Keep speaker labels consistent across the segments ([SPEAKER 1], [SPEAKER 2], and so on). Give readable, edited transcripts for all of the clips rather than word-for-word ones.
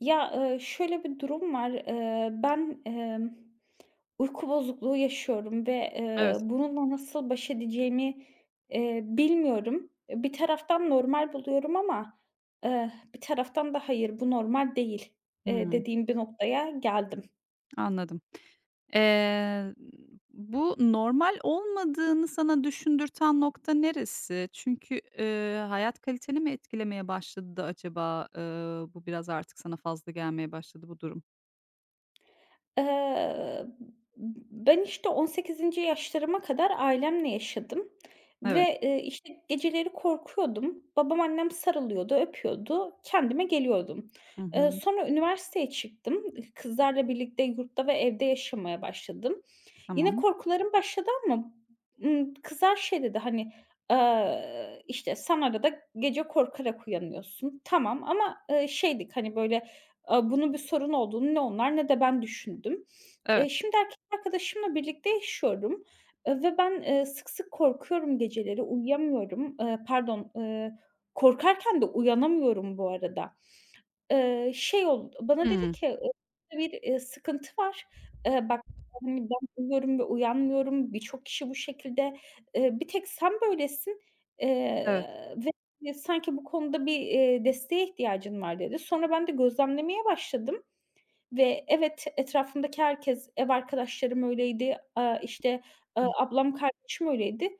[SPEAKER 1] Ya, şöyle bir durum var. Ben, uyku bozukluğu yaşıyorum ve,
[SPEAKER 2] Evet.
[SPEAKER 1] bununla nasıl baş edeceğimi, bilmiyorum. Bir taraftan normal buluyorum ama, bir taraftan da hayır, bu normal değil,
[SPEAKER 2] Hımm,
[SPEAKER 1] dediğim bir noktaya geldim.
[SPEAKER 2] anladım. Eee, Bu normal olmadığını sana düşündürten nokta neresi? Çünkü, hayat kaliteni mi etkilemeye başladı da acaba, bu biraz artık sana fazla gelmeye başladı bu durum?
[SPEAKER 1] Eee, ben, işte, 18'inci yaşlarıma kadar ailemle yaşadım
[SPEAKER 2] Evet.
[SPEAKER 1] ve, işte, geceleri korkuyordum. Babam, annem sarılıyordu, öpüyordu, kendime geliyordum.
[SPEAKER 2] Hı
[SPEAKER 1] Eee,
[SPEAKER 2] hı.
[SPEAKER 1] sonra üniversiteye çıktım. Kızlarla birlikte yurtta ve evde yaşamaya başladım. Yine
[SPEAKER 2] Tamam.
[SPEAKER 1] korkularım başladı ama, kızar şey dedi, hani, işte, "Sen arada gece korkarak uyanıyorsun." Tamam ama, şeydik, hani, böyle, bunun bir sorun olduğunu ne onlar ne de ben düşündüm.
[SPEAKER 2] Evet.
[SPEAKER 1] Şimdi erkek arkadaşımla birlikte yaşıyorum, ve ben, sık sık korkuyorum geceleri, uyuyamıyorum. Pardon, korkarken de uyanamıyorum bu arada. Şey oldu, bana dedi
[SPEAKER 2] Hımm.
[SPEAKER 1] ki, "Burada "Bir, sıkıntı var. Bak, hani, ben uyuyorum ve uyanmıyorum. Birçok kişi bu şekilde. Bir tek sen böylesin,
[SPEAKER 2] Evet.
[SPEAKER 1] eee, ve sanki bu konuda bir, desteğe ihtiyacın var." dedi. Sonra ben de gözlemlemeye başladım. Ve evet, etrafımdaki herkes, ev arkadaşlarım öyleydi, işte, ablam, kardeşim öyleydi.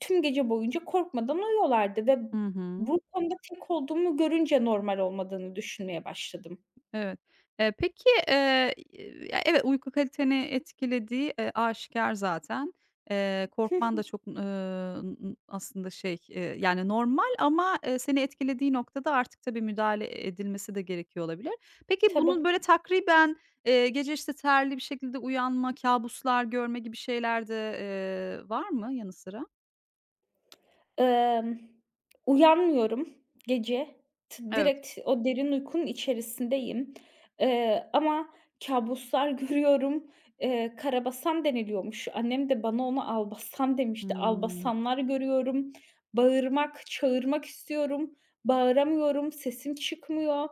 [SPEAKER 1] Tüm gece boyunca korkmadan uyuyorlardı ve
[SPEAKER 2] Hı hı.
[SPEAKER 1] bu konuda tek olduğumu görünce normal olmadığını düşünmeye başladım.
[SPEAKER 2] Evet. Peki, ya, evet, uyku kaliteni etkilediği, aşikâr zaten.
[SPEAKER 1] Hı
[SPEAKER 2] Korkman da
[SPEAKER 1] hı,
[SPEAKER 2] çok, aslında yani, normal, ama seni etkilediği noktada artık tabii müdahale edilmesi de gerekiyor olabilir. Peki,
[SPEAKER 1] tabii.
[SPEAKER 2] bunun böyle takriben, gece, işte, terli bir şekilde uyanma, kâbuslar görme gibi şeyler de, var mı yanı sıra?
[SPEAKER 1] Emm, uyanmıyorum gece. T
[SPEAKER 2] Evet.
[SPEAKER 1] direkt o derin uykunun içerisindeyim, ama kabuslar görüyorum. Karabasan deniliyormuş. Annem de bana ona albasan demişti.
[SPEAKER 2] Hımm.
[SPEAKER 1] Albasanlar görüyorum. Bağırmak, çağırmak istiyorum. Bağıramıyorum, sesim çıkmıyor,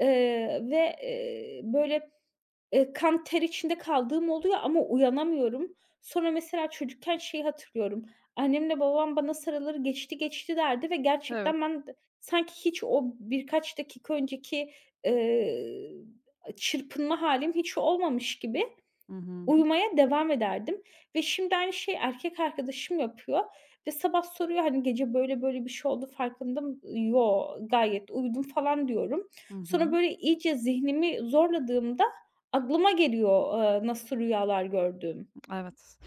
[SPEAKER 1] ve, böyle. Kan ter içinde kaldığım oluyor ama uyanamıyorum. Sonra mesela çocukken şeyi hatırlıyorum. Annemle babam bana sarılır, "Geçti, geçti." derdi ve
[SPEAKER 2] Evet.
[SPEAKER 1] gerçekten ben de sanki hiç o birkaç dakika önceki, eee, çırpınma hâlim hiç olmamış gibi
[SPEAKER 2] Hı hı.
[SPEAKER 1] uyumaya devam ederdim ve şimdi aynı şeyi erkek arkadaşım yapıyor ve sabah soruyor, hani, "Gece böyle böyle bir şey oldu, farkında mı "Yo, gayet uyudum." falan diyorum.
[SPEAKER 2] Hı
[SPEAKER 1] Sonra
[SPEAKER 2] hı.
[SPEAKER 1] böyle iyice zihnimi zorladığımda aklıma geliyor, nasıl rüyalar gördüğüm.
[SPEAKER 2] Evet.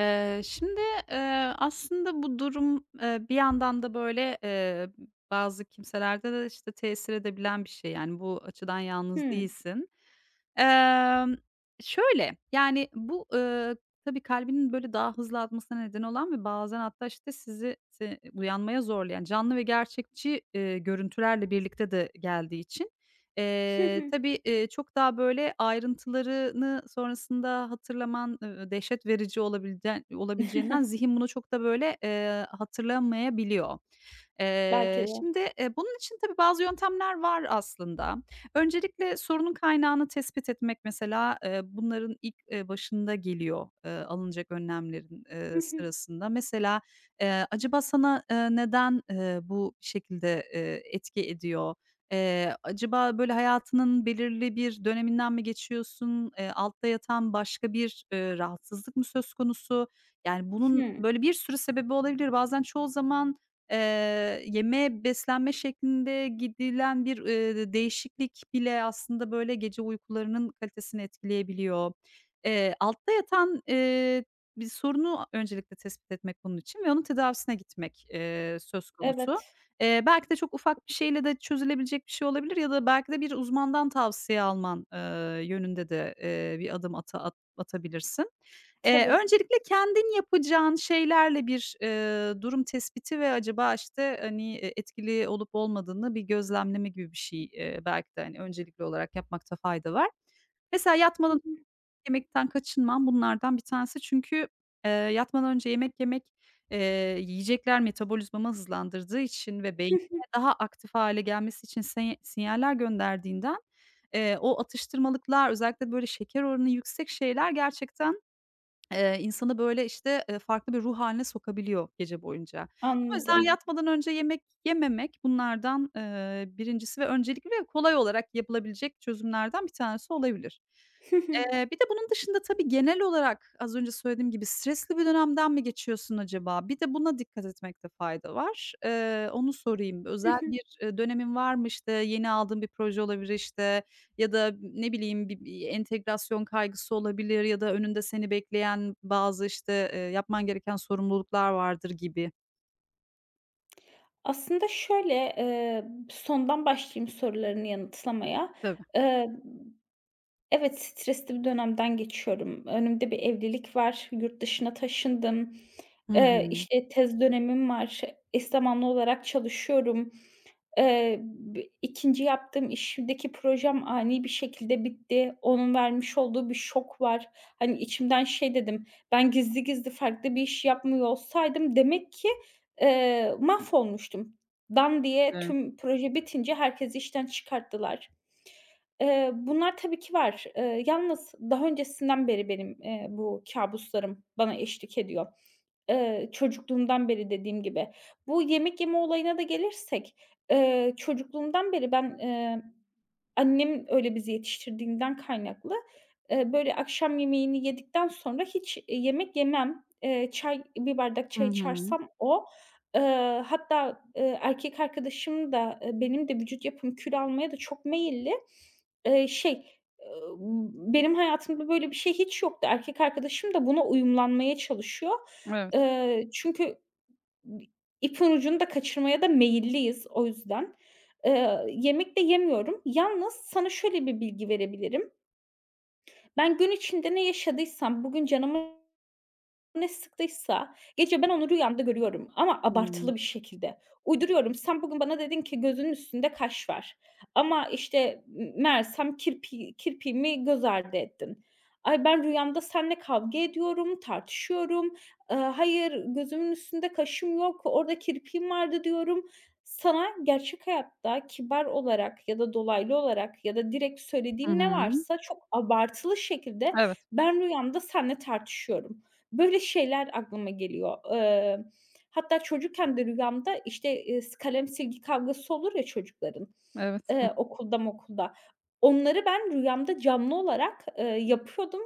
[SPEAKER 2] Şimdi, bu durum, bir yandan da, böyle, bazı kimselerde de, işte, tesir edebilen bir şey. Yani, bu açıdan yalnız
[SPEAKER 1] Hımm.
[SPEAKER 2] değilsin. Emm, Şöyle, yani, bu, tabii kalbinin, böyle, daha hızlı atmasına neden olan ve bazen hatta, işte, sizi uyanmaya zorlayan canlı ve gerçekçi, görüntülerle birlikte de geldiği için
[SPEAKER 1] Hı
[SPEAKER 2] Eee,
[SPEAKER 1] hı.
[SPEAKER 2] tabii, eee, çok daha, böyle, ayrıntılarını sonrasında hatırlaman, dehşet verici olabilden olabileceğinden zihin bunu çok da, böyle, hatırlamayabiliyor.
[SPEAKER 1] Belki
[SPEAKER 2] Eee,
[SPEAKER 1] de.
[SPEAKER 2] şimdi, eee, bunun için tabii bazı yöntemler var aslında. Öncelikle sorunun kaynağını tespit etmek mesela, bunların ilk, başında geliyor, alınacak önlemlerin,
[SPEAKER 1] Hı
[SPEAKER 2] eee,
[SPEAKER 1] hı.
[SPEAKER 2] sırasında. Mesela, acaba sana, neden bu şekilde etki ediyor? Acaba, böyle, hayatının belirli bir döneminden mi geçiyorsun? Altta yatan başka bir rahatsızlık mı söz konusu? Yani, bunun,
[SPEAKER 1] Hımm.
[SPEAKER 2] böyle, bir sürü sebebi olabilir. Bazen çoğu zaman, eee, yeme, beslenme şeklinde gidilen bir değişiklik bile aslında, böyle, gece uykularının kalitesini etkileyebiliyor. Altta yatan bir sorunu öncelikle tespit etmek bunun için ve onun tedavisine gitmek, söz konusu.
[SPEAKER 1] Evet.
[SPEAKER 2] Belki de çok ufak bir şeyle de çözülebilecek bir şey olabilir ya da belki de bir uzmandan tavsiye alman yönünde de, bir adım atabilirsin.
[SPEAKER 1] Tabii.
[SPEAKER 2] Öncelikle kendin yapacağın şeylerle bir durum tespiti ve acaba, işte, hani, etkili olup olmadığını bir gözlemleme gibi bir şey, belki de, hani, öncelikli olarak yapmakta fayda var. Mesela
[SPEAKER 1] Hı
[SPEAKER 2] yatmadan
[SPEAKER 1] hı.
[SPEAKER 2] yemekten kaçınmam bunlardan bir tanesi. Çünkü, yatmadan önce yemek yemek, yiyecekler metabolizmamı hızlandırdığı için ve
[SPEAKER 1] Hı
[SPEAKER 2] beynime
[SPEAKER 1] hı.
[SPEAKER 2] daha aktif hâle gelmesi için sinyaller gönderdiğinden, o atıştırmalıklar özellikle böyle şeker oranı yüksek şeyler gerçekten insanı, böyle, işte, farklı bir ruh haline sokabiliyor gece boyunca. O yüzden
[SPEAKER 1] Anladım.
[SPEAKER 2] yatmadan önce yemek yememek bunlardan, birincisi ve öncelikli ve kolay olarak yapılabilecek çözümlerden bir tanesi olabilir.
[SPEAKER 1] Hı hı.
[SPEAKER 2] Bir de bunun dışında tabii genel olarak az önce söylediğim gibi stresli bir dönemden mi geçiyorsun acaba? Bir de buna dikkat etmekte fayda var. Onu sorayım.
[SPEAKER 1] Hı
[SPEAKER 2] Özel
[SPEAKER 1] hı.
[SPEAKER 2] bir dönemin var mı? İşte, yeni aldığın bir proje olabilir, işte, ya da ne bileyim bir entegrasyon kaygısı olabilir ya da önünde seni bekleyen bazı, işte, yapman gereken sorumluluklar vardır gibi.
[SPEAKER 1] Aslında şöyle, sondan başlayayım sorularını yanıtlamaya.
[SPEAKER 2] Tabii.
[SPEAKER 1] Eee Evet, stresli bir dönemden geçiyorum. Önümde bir evlilik var, yurt dışına taşındım.
[SPEAKER 2] Hı hı.
[SPEAKER 1] İşte, tez dönemim var, eş zamanlı olarak çalışıyorum. B 2'nci yaptığım işimdeki projem ani bir şekilde bitti. Onun vermiş olduğu bir şok var. Hani, içimden şey dedim, "Ben gizli gizli farklı bir iş yapmıyor olsaydım demek ki, mahvolmuştum." Dan diye
[SPEAKER 2] Evet.
[SPEAKER 1] tüm proje bitince herkesi işten çıkarttılar. Bunlar tabii ki var. Yalnız daha öncesinden beri benim, bu kâbuslarım bana eşlik ediyor. Çocukluğumdan beri dediğim gibi. Bu yemek yeme olayına da gelirsek, çocukluğumdan beri ben. Annem öyle bizi yetiştirdiğinden kaynaklı, böyle, akşam yemeğini yedikten sonra hiç, yemek yemem. Çay, bir bardak
[SPEAKER 2] Hı
[SPEAKER 1] çay
[SPEAKER 2] hı.
[SPEAKER 1] içersem o. Hatta, erkek arkadaşım da, benim de vücut yapım kilo almaya da çok meyilli. Şey, ııı, benim hayatımda böyle bir şey hiç yoktu. Erkek arkadaşım da buna uyumlanmaya çalışıyor.
[SPEAKER 2] Evet.
[SPEAKER 1] Çünkü bi ucunu da kaçırmaya da meyilliyiz o yüzden. Yemek de yemiyorum. Yalnız sana şöyle bir bilgi verebilirim. Ben gün içinde ne yaşadıysam, bugün canımı ne sıktıysa gece ben onu rüyamda görüyorum ama abartılı bir şekilde. Uyduruyorum. Sen bugün bana dedin ki gözünün üstünde kaş var ama, işte, meğersem kirpiğimi göz ardı ettin. Ay, ben rüyamda seninle kavga ediyorum, tartışıyorum. Hayır, gözümün üstünde kaşım yok, orada kirpiğim vardı diyorum. Sana gerçek hayatta kibar olarak ya da dolaylı olarak ya da direkt
[SPEAKER 2] hı. Hı
[SPEAKER 1] söylediğim ne
[SPEAKER 2] hı.
[SPEAKER 1] varsa çok abartılı şekilde
[SPEAKER 2] Evet,
[SPEAKER 1] ben rüyamda seninle tartışıyorum. Böyle şeyler aklıma geliyor. Hatta çocukken de rüyamda, işte, s kalem silgi kavgası olur ya çocukların,
[SPEAKER 2] evet.
[SPEAKER 1] okulda mokulda. Onları ben rüyamda canlı olarak, yapıyordum,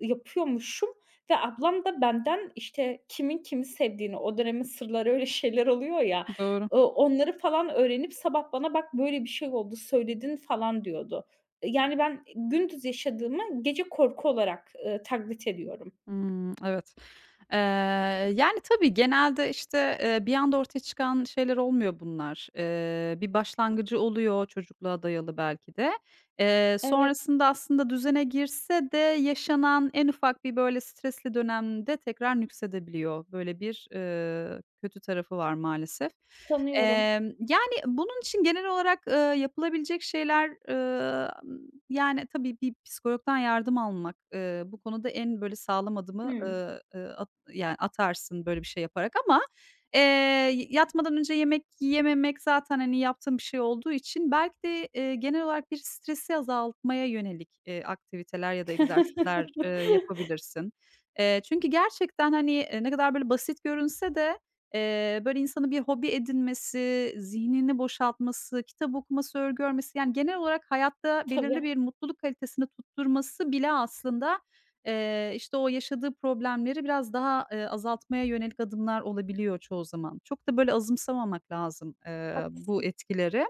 [SPEAKER 1] yapıyormuşum ve ablam da benden, işte, kimin kimi sevdiğini, o dönemin sırları öyle şeyler oluyor ya,
[SPEAKER 2] Doğru.
[SPEAKER 1] onları falan öğrenip sabah bana "Bak, böyle bir şey oldu, söyledin." falan diyordu. Yani ben gündüz yaşadığımı gece korku olarak, taklit ediyorum.
[SPEAKER 2] Hımm, evet. Eee, Yani, tabii genelde, işte, bir anda ortaya çıkan şeyler olmuyor bunlar. Bir başlangıcı oluyor, çocukluğa dayalı belki de.
[SPEAKER 1] Evet.
[SPEAKER 2] Sonrasında aslında düzene girse de yaşanan en ufak bir, böyle, stresli dönemde tekrar nüksedebiliyor. Böyle bir kötü tarafı var maalesef.
[SPEAKER 1] Tanıyorum.
[SPEAKER 2] Emm, Yani, bunun için genel olarak, yapılabilecek şeyler, yani, tabii bir psikologdan yardım almak, bu konuda en böyle sağlam adımı,
[SPEAKER 1] Hımm.
[SPEAKER 2] at yani, atarsın böyle bir şey yaparak ama, eee, yatmadan önce yemek yememek zaten, hani, yaptığın bir şey olduğu için belki de, genel olarak bir stresi azaltmaya yönelik, aktiviteler ya da egzersizler, yapabilirsin. Çünkü gerçekten, hani, ne kadar böyle basit görünse de böyle, insanın bir hobi edinmesi, zihnini boşaltması, kitap okuması, örgü örmesi, yani, genel olarak hayatta belirli
[SPEAKER 1] Tabii,
[SPEAKER 2] bir mutluluk kalitesini tutturması bile aslında, işte, o yaşadığı problemleri biraz daha, azaltmaya yönelik adımlar olabiliyor çoğu zaman. Çok da, böyle, azımsamamak lazım, bu
[SPEAKER 1] haklısın.
[SPEAKER 2] etkileri.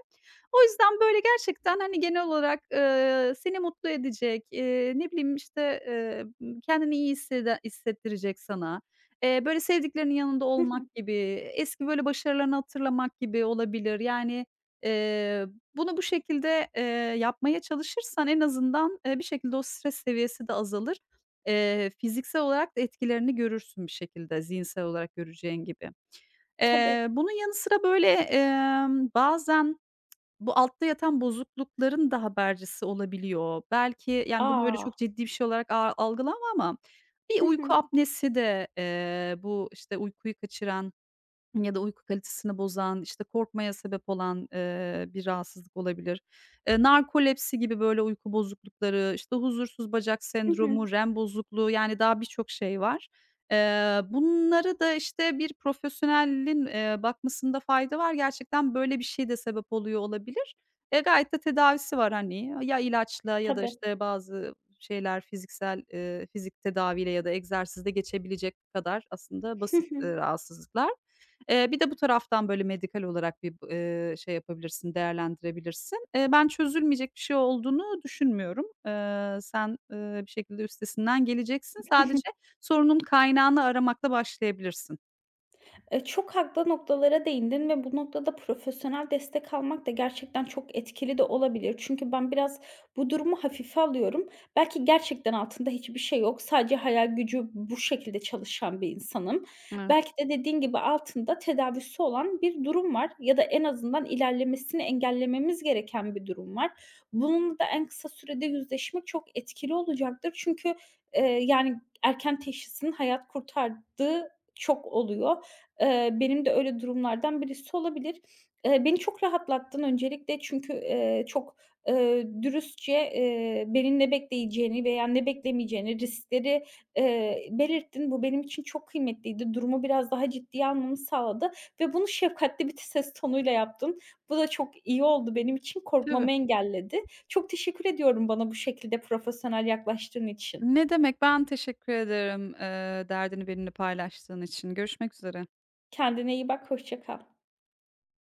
[SPEAKER 2] O yüzden, böyle, gerçekten, hani, genel olarak, seni mutlu edecek, ne bileyim, işte, kendini iyi hissede hissettirecek sana, böyle, sevdiklerinin yanında
[SPEAKER 1] Hı hı.
[SPEAKER 2] olmak gibi, eski, böyle, başarılarını hatırlamak gibi olabilir. Yani, eee, bunu bu şekilde, yapmaya çalışırsan en azından, bir şekilde o stres seviyesi de azalır. Fiziksel olarak da etkilerini görürsün bir şekilde zihinsel olarak göreceğin gibi.
[SPEAKER 1] Tabii.
[SPEAKER 2] Bunun yanı sıra, böyle, bazen bu altta yatan bozuklukların da habercisi olabiliyor. Belki, yani, bunu öyle
[SPEAKER 1] A!
[SPEAKER 2] çok ciddi bir şey olarak algılama ama bir
[SPEAKER 1] Hı
[SPEAKER 2] uyku
[SPEAKER 1] hı.
[SPEAKER 2] apnesi de, bu, işte, uykuyu kaçıran, ya da uyku kalitesini bozan, işte, korkmaya sebep olan, bir rahatsızlık olabilir. Narkolepsi gibi, böyle, uyku bozuklukları, işte, huzursuz bacak
[SPEAKER 1] Hı hı.
[SPEAKER 2] sendromu, REM bozukluğu, yani, daha birçok şey var. Bunları da, işte, bir profesyonelin, bakmasında fayda var. Gerçekten böyle bir şey de sebep oluyor olabilir. E, gayet de tedavisi var, hani, ya ilaçla ya da,
[SPEAKER 1] Tabii.
[SPEAKER 2] işte, bazı şeyler fiziksel, fizik tedaviyle ya da egzersizle geçebilecek kadar aslında
[SPEAKER 1] Hı
[SPEAKER 2] basit,
[SPEAKER 1] hı.
[SPEAKER 2] rahatsızlıklar. Bir de bu taraftan böyle medikal olarak bir şey yapabilirsin, değerlendirebilirsin. Ben çözülmeyecek bir şey olduğunu düşünmüyorum. Sen bir şekilde üstesinden geleceksin.
[SPEAKER 1] Hı hı.
[SPEAKER 2] Sadece sorunun kaynağını aramakla başlayabilirsin.
[SPEAKER 1] Çok haklı noktalara değindin ve bu noktada profesyonel destek almak da gerçekten çok etkili de olabilir. Çünkü ben biraz bu durumu hafife alıyorum. Belki gerçekten altında hiçbir şey yok. Sadece hayal gücü bu şekilde çalışan bir insanım.
[SPEAKER 2] Evet.
[SPEAKER 1] Belki de dediğin gibi altında tedavisi olan bir durum var ya da en azından ilerlemesini engellememiz gereken bir durum var. Bununla da en kısa sürede yüzleşmek çok etkili olacaktır. Çünkü, yani erken teşhisin hayat kurtardığı çok oluyor. Benim de öyle durumlardan birisi olabilir. Beni çok rahatlattın öncelikle çünkü, çok, dürüstçe, beni ne bekleyeceğini veya ne beklemeyeceğini, riskleri, belirttin. Bu benim için çok kıymetliydi. Durumu biraz daha ciddiye almamı sağladı ve bunu şefkatli bir ses tonuyla yaptın. Bu da çok iyi oldu benim için,
[SPEAKER 2] Tabii.
[SPEAKER 1] korkmamı engelledi. Çok teşekkür ediyorum bana bu şekilde profesyonel yaklaştığın için.
[SPEAKER 2] Ne demek, ben teşekkür ederim, derdini benimle paylaştığın için. Görüşmek üzere.
[SPEAKER 1] Kendine iyi bak, hoşça kal.